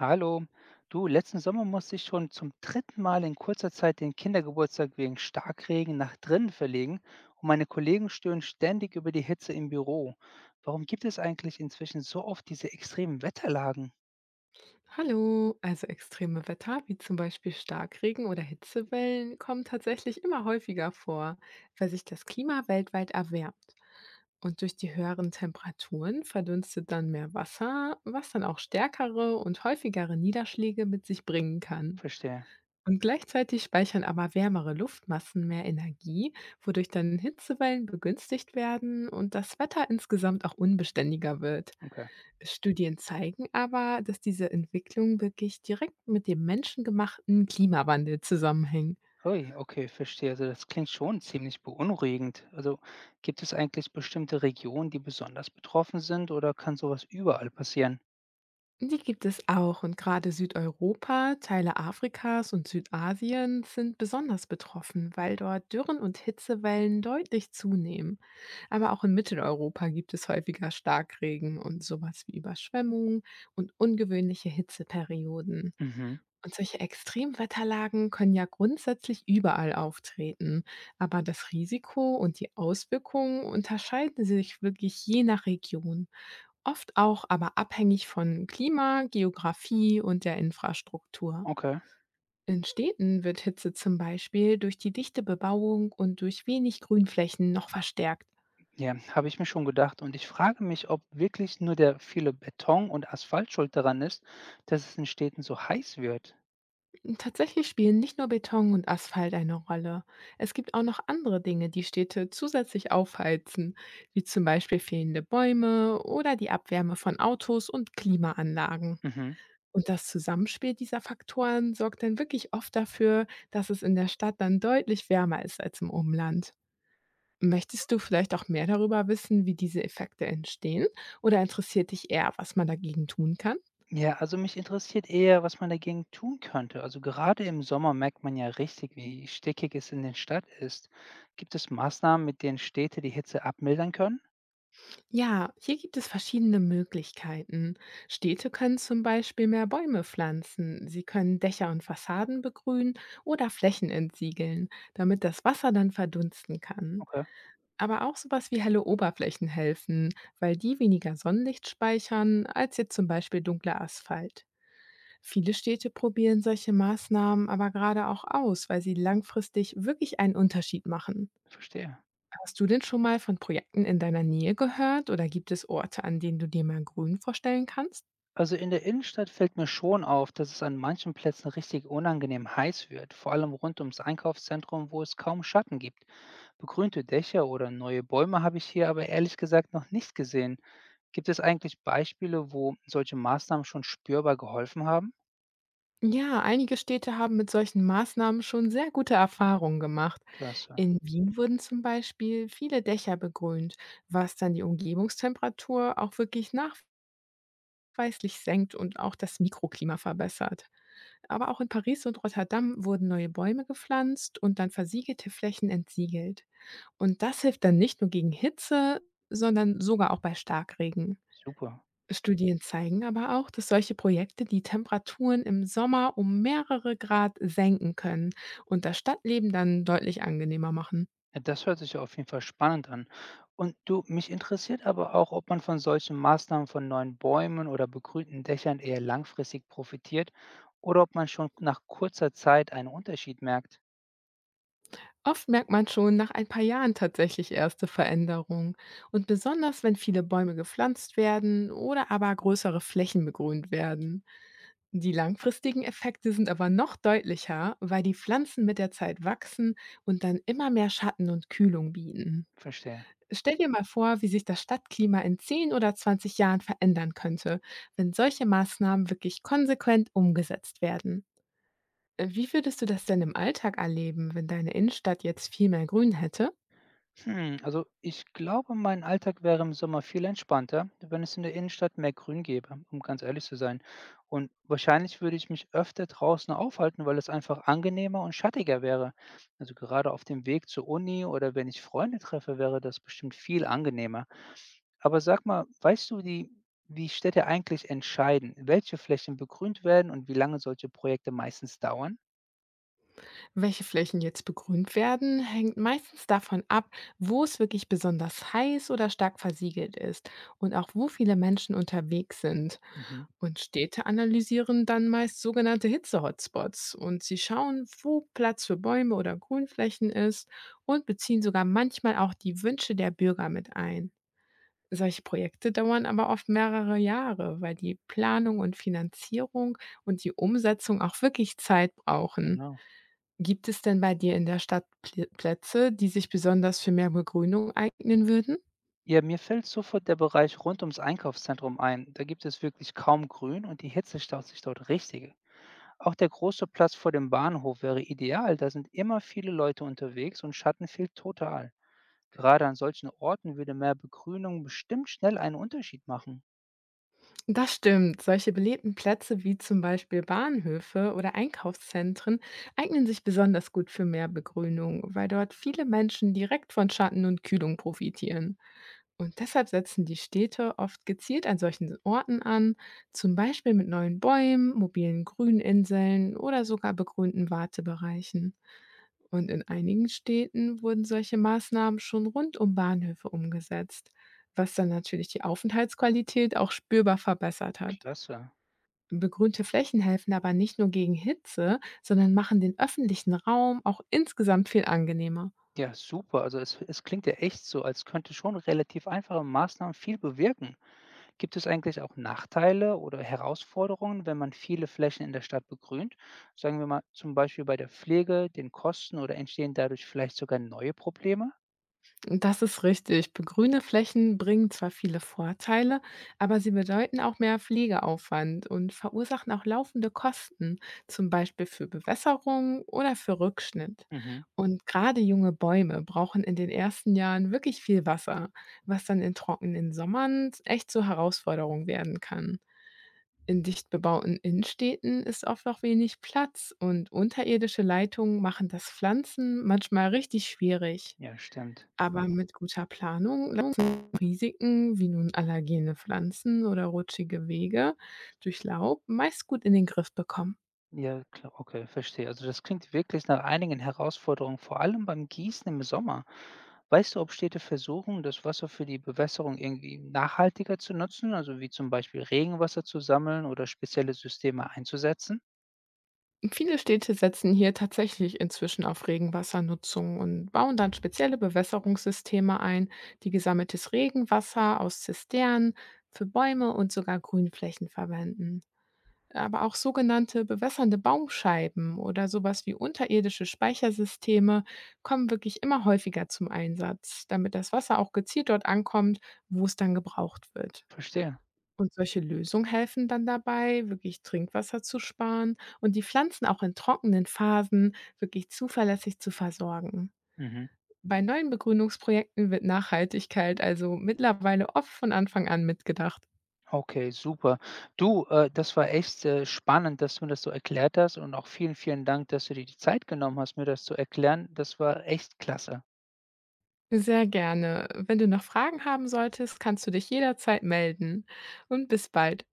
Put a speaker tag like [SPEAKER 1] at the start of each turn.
[SPEAKER 1] Hallo. Du, letzten Sommer musste ich schon zum dritten Mal in kurzer Zeit den Kindergeburtstag wegen Starkregen nach drinnen verlegen, und meine Kollegen stöhnen ständig über die Hitze im Büro. Warum gibt es eigentlich inzwischen so oft diese extremen Wetterlagen?
[SPEAKER 2] Hallo, also extreme Wetter wie zum Beispiel Starkregen oder Hitzewellen kommen tatsächlich immer häufiger vor, weil sich das Klima weltweit erwärmt. Und durch die höheren Temperaturen verdunstet dann mehr Wasser, was dann auch stärkere und häufigere Niederschläge mit sich bringen kann.
[SPEAKER 1] Verstehe.
[SPEAKER 2] Und gleichzeitig speichern aber wärmere Luftmassen mehr Energie, wodurch dann Hitzewellen begünstigt werden und das Wetter insgesamt auch unbeständiger wird.
[SPEAKER 1] Okay.
[SPEAKER 2] Studien zeigen aber, dass diese Entwicklung wirklich direkt mit dem menschengemachten Klimawandel zusammenhängen.
[SPEAKER 1] Ui, okay, verstehe. Also das klingt schon ziemlich beunruhigend. Also gibt es eigentlich bestimmte Regionen, die besonders betroffen sind, oder kann sowas überall passieren?
[SPEAKER 2] Die gibt es auch, und gerade Südeuropa, Teile Afrikas und Südasiens sind besonders betroffen, weil dort Dürren und Hitzewellen deutlich zunehmen. Aber auch in Mitteleuropa gibt es häufiger Starkregen und sowas wie Überschwemmungen und ungewöhnliche Hitzeperioden.
[SPEAKER 1] Mhm.
[SPEAKER 2] Und solche Extremwetterlagen können ja grundsätzlich überall auftreten, aber das Risiko und die Auswirkungen unterscheiden sich wirklich je nach Region, oft auch aber abhängig von Klima, Geografie und der Infrastruktur.
[SPEAKER 1] Okay.
[SPEAKER 2] In Städten wird Hitze zum Beispiel durch die dichte Bebauung und durch wenig Grünflächen noch verstärkt.
[SPEAKER 1] Ja, habe ich mir schon gedacht. Und ich frage mich, ob wirklich nur der viele Beton und Asphalt schuld daran ist, dass es in Städten so heiß wird.
[SPEAKER 2] Tatsächlich spielen nicht nur Beton und Asphalt eine Rolle. Es gibt auch noch andere Dinge, die Städte zusätzlich aufheizen, wie zum Beispiel fehlende Bäume oder die Abwärme von Autos und Klimaanlagen.
[SPEAKER 1] Mhm.
[SPEAKER 2] Und das Zusammenspiel dieser Faktoren sorgt dann wirklich oft dafür, dass es in der Stadt dann deutlich wärmer ist als im Umland. Möchtest du vielleicht auch mehr darüber wissen, wie diese Effekte entstehen? Oder interessiert dich eher, was man dagegen tun kann?
[SPEAKER 1] Ja, also mich interessiert eher, was man dagegen tun könnte. Also gerade im Sommer merkt man ja richtig, wie stickig es in den Stadt ist. Gibt es Maßnahmen, mit denen Städte die Hitze abmildern können?
[SPEAKER 2] Ja, hier gibt es verschiedene Möglichkeiten. Städte können zum Beispiel mehr Bäume pflanzen. Sie können Dächer und Fassaden begrünen oder Flächen entsiegeln, damit das Wasser dann verdunsten kann.
[SPEAKER 1] Okay,
[SPEAKER 2] Aber auch sowas wie helle Oberflächen helfen, weil die weniger Sonnenlicht speichern als jetzt zum Beispiel dunkler Asphalt. Viele Städte probieren solche Maßnahmen aber gerade auch aus, weil sie langfristig wirklich einen Unterschied machen.
[SPEAKER 1] verstehe.
[SPEAKER 2] Hast du denn schon mal von Projekten in deiner Nähe gehört, oder gibt es Orte, an denen du dir mal grün vorstellen kannst?
[SPEAKER 1] Also in der Innenstadt fällt mir schon auf, dass es an manchen Plätzen richtig unangenehm heiß wird, vor allem rund ums Einkaufszentrum, wo es kaum Schatten gibt. Begrünte Dächer oder neue Bäume habe ich hier aber ehrlich gesagt noch nicht gesehen. Gibt es eigentlich Beispiele, wo solche Maßnahmen schon spürbar geholfen haben?
[SPEAKER 2] Ja, einige Städte haben mit solchen Maßnahmen schon sehr gute Erfahrungen gemacht.
[SPEAKER 1] Klasse,
[SPEAKER 2] In Wien wurden zum Beispiel viele Dächer begrünt, was dann die Umgebungstemperatur auch wirklich nachweislich senkt und auch das Mikroklima verbessert. Aber auch in Paris und Rotterdam wurden neue Bäume gepflanzt und dann versiegelte Flächen entsiegelt. Und das hilft dann nicht nur gegen Hitze, sondern sogar auch bei Starkregen.
[SPEAKER 1] super.
[SPEAKER 2] Studien zeigen aber auch, dass solche Projekte die Temperaturen im Sommer um mehrere Grad senken können und das Stadtleben dann deutlich angenehmer machen.
[SPEAKER 1] Ja, das hört sich ja auf jeden Fall spannend an. Und du, mich interessiert aber auch, ob man von solchen Maßnahmen, von neuen Bäumen oder begrünten Dächern, eher langfristig profitiert oder ob man schon nach kurzer Zeit einen Unterschied merkt.
[SPEAKER 2] Oft merkt man schon nach ein paar Jahren tatsächlich erste Veränderungen. Und besonders, wenn viele Bäume gepflanzt werden oder aber größere Flächen begrünt werden. Die langfristigen Effekte sind aber noch deutlicher, weil die Pflanzen mit der Zeit wachsen und dann immer mehr Schatten und Kühlung bieten.
[SPEAKER 1] Verstehe.
[SPEAKER 2] Stell dir mal vor, wie sich das Stadtklima in 10 oder 20 Jahren verändern könnte, wenn solche Maßnahmen wirklich konsequent umgesetzt werden. Wie würdest du das denn im Alltag erleben, wenn deine Innenstadt jetzt viel mehr Grün hätte?
[SPEAKER 1] Hm, also ich glaube, mein Alltag wäre im Sommer viel entspannter, wenn es in der Innenstadt mehr Grün gäbe, um ganz ehrlich zu sein. Und wahrscheinlich würde ich mich öfter draußen aufhalten, weil es einfach angenehmer und schattiger wäre. Also gerade auf dem Weg zur Uni oder wenn ich Freunde treffe, wäre das bestimmt viel angenehmer. Aber sag mal, weißt du, wie Städte eigentlich entscheiden, welche Flächen begrünt werden und wie lange solche Projekte meistens dauern?
[SPEAKER 2] Welche Flächen jetzt begrünt werden, hängt meistens davon ab, wo es wirklich besonders heiß oder stark versiegelt ist und auch wo viele Menschen unterwegs sind.
[SPEAKER 1] Mhm,
[SPEAKER 2] Und Städte analysieren dann meist sogenannte Hitze-Hotspots, und sie schauen, wo Platz für Bäume oder Grünflächen ist, und beziehen sogar manchmal auch die Wünsche der Bürger mit ein. Solche Projekte dauern aber oft mehrere Jahre, weil die Planung und Finanzierung und die Umsetzung auch wirklich Zeit brauchen.
[SPEAKER 1] genau.
[SPEAKER 2] Gibt es denn bei dir in der Stadt Pl Plätze, die sich besonders für mehr Begrünung eignen würden?
[SPEAKER 1] Ja, mir fällt sofort der Bereich rund ums Einkaufszentrum ein. Da gibt es wirklich kaum Grün und die Hitze staut sich dort richtig. Auch der große Platz vor dem Bahnhof wäre ideal. Da sind immer viele Leute unterwegs und Schatten fehlt total. Gerade an solchen Orten würde mehr Begrünung bestimmt schnell einen Unterschied machen.
[SPEAKER 2] Das stimmt. Solche belebten Plätze wie zum Beispiel Bahnhöfe oder Einkaufszentren eignen sich besonders gut für mehr Begrünung, weil dort viele Menschen direkt von Schatten und Kühlung profitieren. Und deshalb setzen die Städte oft gezielt an solchen Orten an, zum Beispiel mit neuen Bäumen, mobilen Grüninseln oder sogar begrünten Wartebereichen. Und in einigen Städten wurden solche Maßnahmen schon rund um Bahnhöfe umgesetzt, was dann natürlich die Aufenthaltsqualität auch spürbar verbessert hat.
[SPEAKER 1] Klasse.
[SPEAKER 2] Begrünte Flächen helfen aber nicht nur gegen Hitze, sondern machen den öffentlichen Raum auch insgesamt viel angenehmer.
[SPEAKER 1] Ja, super. Also es klingt ja echt so, als könnte schon relativ einfache Maßnahmen viel bewirken. Gibt es eigentlich auch Nachteile oder Herausforderungen, wenn man viele Flächen in der Stadt begrünt? Sagen wir mal, zum Beispiel bei der Pflege, den Kosten, oder entstehen dadurch vielleicht sogar neue Probleme?
[SPEAKER 2] Das ist richtig. Begrüne Flächen bringen zwar viele Vorteile, aber sie bedeuten auch mehr Pflegeaufwand und verursachen auch laufende Kosten, zum Beispiel für Bewässerung oder für Rückschnitt.
[SPEAKER 1] Mhm.
[SPEAKER 2] Und gerade junge Bäume brauchen in den ersten Jahren wirklich viel Wasser, was dann in trockenen Sommern echt zur Herausforderung werden kann. In dicht bebauten Innenstädten ist oft noch wenig Platz, und unterirdische Leitungen machen das Pflanzen manchmal richtig schwierig.
[SPEAKER 1] Ja, stimmt.
[SPEAKER 2] Aber mit guter Planung lassen Risiken wie nun allergene Pflanzen oder rutschige Wege durch Laub meist gut in den Griff bekommen.
[SPEAKER 1] Ja, klar, okay, verstehe. Also das klingt wirklich nach einigen Herausforderungen, vor allem beim Gießen im Sommer. Weißt du, ob Städte versuchen, das Wasser für die Bewässerung irgendwie nachhaltiger zu nutzen, also wie zum Beispiel Regenwasser zu sammeln oder spezielle Systeme einzusetzen?
[SPEAKER 2] Viele Städte setzen hier tatsächlich inzwischen auf Regenwassernutzung und bauen dann spezielle Bewässerungssysteme ein, die gesammeltes Regenwasser aus Zisternen für Bäume und sogar Grünflächen verwenden. Aber auch sogenannte bewässernde Baumscheiben oder sowas wie unterirdische Speichersysteme kommen wirklich immer häufiger zum Einsatz, damit das Wasser auch gezielt dort ankommt, wo es dann gebraucht wird.
[SPEAKER 1] Verstehe.
[SPEAKER 2] Und solche Lösungen helfen dann dabei, wirklich Trinkwasser zu sparen und die Pflanzen auch in trockenen Phasen wirklich zuverlässig zu versorgen.
[SPEAKER 1] Mhm.
[SPEAKER 2] Bei neuen Begrünungsprojekten wird Nachhaltigkeit also mittlerweile oft von Anfang an mitgedacht.
[SPEAKER 1] Okay, super. Du, das war echt, spannend, dass du mir das so erklärt hast, und auch vielen, vielen Dank, dass du dir die Zeit genommen hast, mir das zu erklären. Das war echt klasse.
[SPEAKER 2] Sehr gerne. Wenn du noch Fragen haben solltest, kannst du dich jederzeit melden. Und bis bald.